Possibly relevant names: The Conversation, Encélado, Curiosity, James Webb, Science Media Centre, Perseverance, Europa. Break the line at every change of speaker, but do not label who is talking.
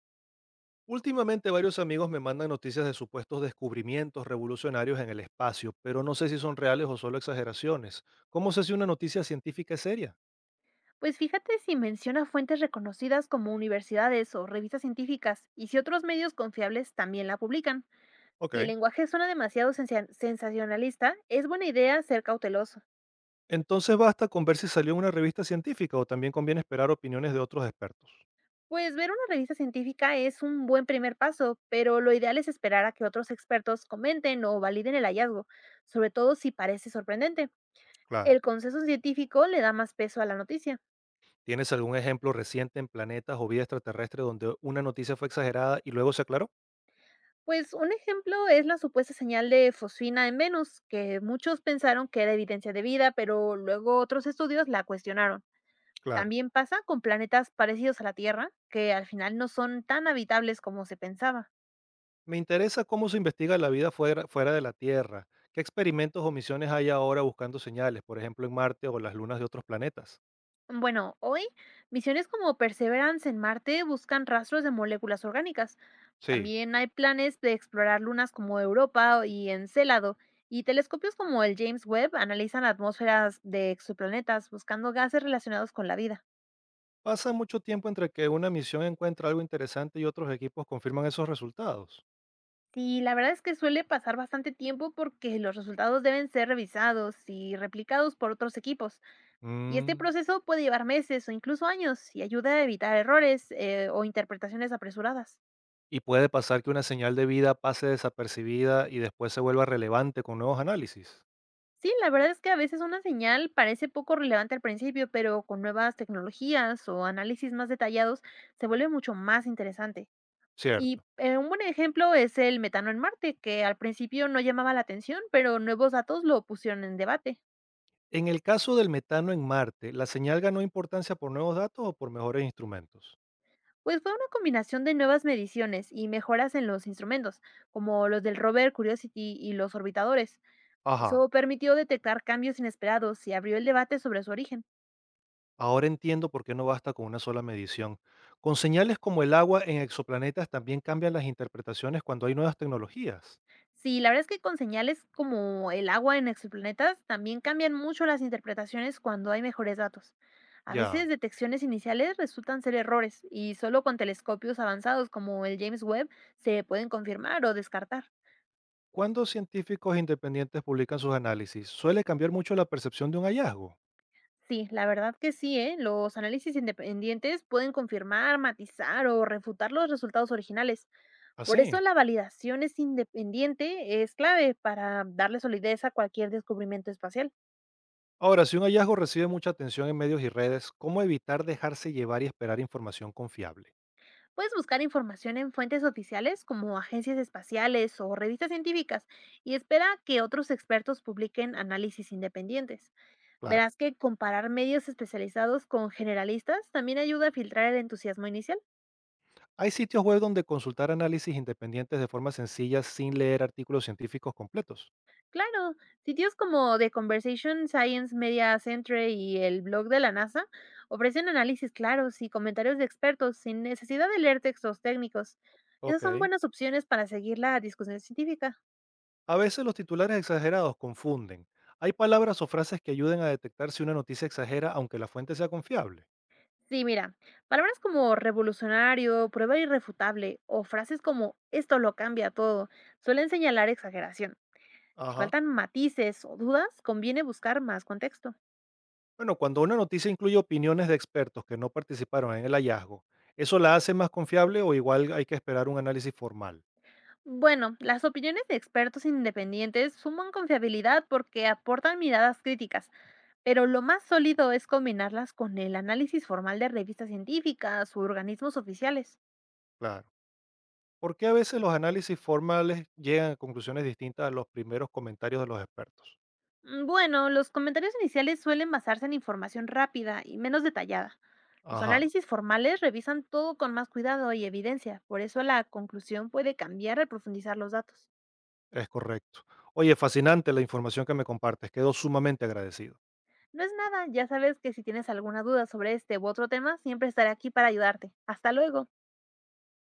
Últimamente varios amigos me mandan noticias de supuestos descubrimientos revolucionarios en el espacio, pero no sé si son reales o solo exageraciones. ¿Cómo sé si una noticia científica es seria?
Pues fíjate si menciona fuentes reconocidas como universidades o revistas científicas y si otros medios confiables también la publican. Si el
Ok.
lenguaje suena demasiado sensacionalista, es buena idea ser cauteloso.
Entonces basta con ver si salió en una revista científica o también conviene esperar opiniones de otros expertos.
Pues ver una revista científica es un buen primer paso, pero lo ideal es esperar a que otros expertos comenten o validen el hallazgo, sobre todo si parece sorprendente.
Claro.
El consenso científico le da más peso a la noticia.
¿Tienes algún ejemplo reciente en planetas o vida extraterrestre donde una noticia fue exagerada y luego se aclaró?
Pues un ejemplo es la supuesta señal de fosfina en Venus, que muchos pensaron que era evidencia de vida, pero luego otros estudios la cuestionaron.
Claro.
También pasa con planetas parecidos a la Tierra, que al final no son tan habitables como se pensaba.
Me interesa cómo se investiga la vida fuera de la Tierra. ¿Qué experimentos o misiones hay ahora buscando señales, por ejemplo en Marte o las lunas de otros planetas?
Bueno, hoy misiones como Perseverance en Marte buscan rastros de moléculas orgánicas.
Sí.
También hay planes de explorar lunas como Europa y Encélado, y telescopios como el James Webb analizan atmósferas de exoplanetas buscando gases relacionados con la vida.
¿Pasa mucho tiempo entre que una misión encuentra algo interesante y otros equipos confirman esos resultados?
Sí, la verdad es que suele pasar bastante tiempo porque los resultados deben ser revisados y replicados por otros equipos. Y este
Mm,
proceso puede llevar meses o incluso años y ayuda a evitar errores, o interpretaciones apresuradas.
Y puede pasar que una señal de vida pase desapercibida y después se vuelva relevante con nuevos análisis.
Sí, la verdad es que a veces una señal parece poco relevante al principio, pero con nuevas tecnologías o análisis más detallados se vuelve mucho más interesante.
Cierto.
Un buen ejemplo es el metano en Marte, que al principio no llamaba la atención, pero nuevos datos lo pusieron en debate.
En el caso del metano en Marte, ¿la señal ganó importancia por nuevos datos o por mejores instrumentos?
Pues fue una combinación de nuevas mediciones y mejoras en los instrumentos, como los del rover Curiosity y los orbitadores.
Ajá.
Eso permitió detectar cambios inesperados y abrió el debate sobre su origen.
Ahora entiendo por qué no basta con una sola medición. Con señales como el agua en exoplanetas también cambian las interpretaciones cuando hay nuevas tecnologías.
Sí, la verdad es que con señales como el agua en exoplanetas también cambian mucho las interpretaciones cuando hay mejores datos. A
Ya.
veces detecciones iniciales resultan ser errores y solo con telescopios avanzados como el James Webb se pueden confirmar o descartar.
Cuando científicos independientes publican sus análisis, suele cambiar mucho la percepción de un hallazgo.
Sí, la verdad que sí, ¿eh? Los análisis independientes pueden confirmar, matizar o refutar los resultados originales. Por eso
Así.
la validación es independiente es clave para darle solidez a cualquier descubrimiento espacial.
Ahora, si un hallazgo recibe mucha atención en medios y redes, ¿cómo evitar dejarse llevar y esperar información confiable?
Puedes buscar información en fuentes oficiales como agencias espaciales o revistas científicas y espera que otros expertos publiquen análisis independientes.
Claro.
Verás que comparar medios especializados con generalistas también ayuda a filtrar el entusiasmo inicial.
Hay sitios web donde consultar análisis independientes de forma sencilla sin leer artículos científicos completos.
Claro, sitios como The Conversation, Science Media Centre y el blog de la NASA ofrecen análisis claros y comentarios de expertos sin necesidad de leer textos técnicos. Esas son
Ok.
buenas opciones para seguir la discusión científica.
A veces los titulares exagerados confunden. Hay palabras o frases que ayuden a detectar si una noticia exagera aunque la fuente sea confiable.
Sí, mira, palabras como revolucionario, prueba irrefutable o frases como esto lo cambia todo suelen señalar exageración. Si
Ajá.
faltan matices o dudas, conviene buscar más contexto.
Bueno, cuando una noticia incluye opiniones de expertos que no participaron en el hallazgo, ¿eso la hace más confiable o igual hay que esperar un análisis formal?
Bueno, las opiniones de expertos independientes suman confiabilidad porque aportan miradas críticas, pero lo más sólido es combinarlas con el análisis formal de revistas científicas u organismos oficiales.
Claro. ¿Por qué a veces los análisis formales llegan a conclusiones distintas a los primeros comentarios de los expertos?
Mm, bueno, los comentarios iniciales suelen basarse en información rápida y menos detallada. Los
Ajá,
análisis formales revisan todo con más cuidado y evidencia, por eso la conclusión puede cambiar al profundizar los datos.
es correcto. Oye, fascinante la información que me compartes. Quedo sumamente agradecido.
No es nada, ya sabes que si tienes alguna duda sobre este u otro tema, siempre estaré aquí para ayudarte. Hasta luego.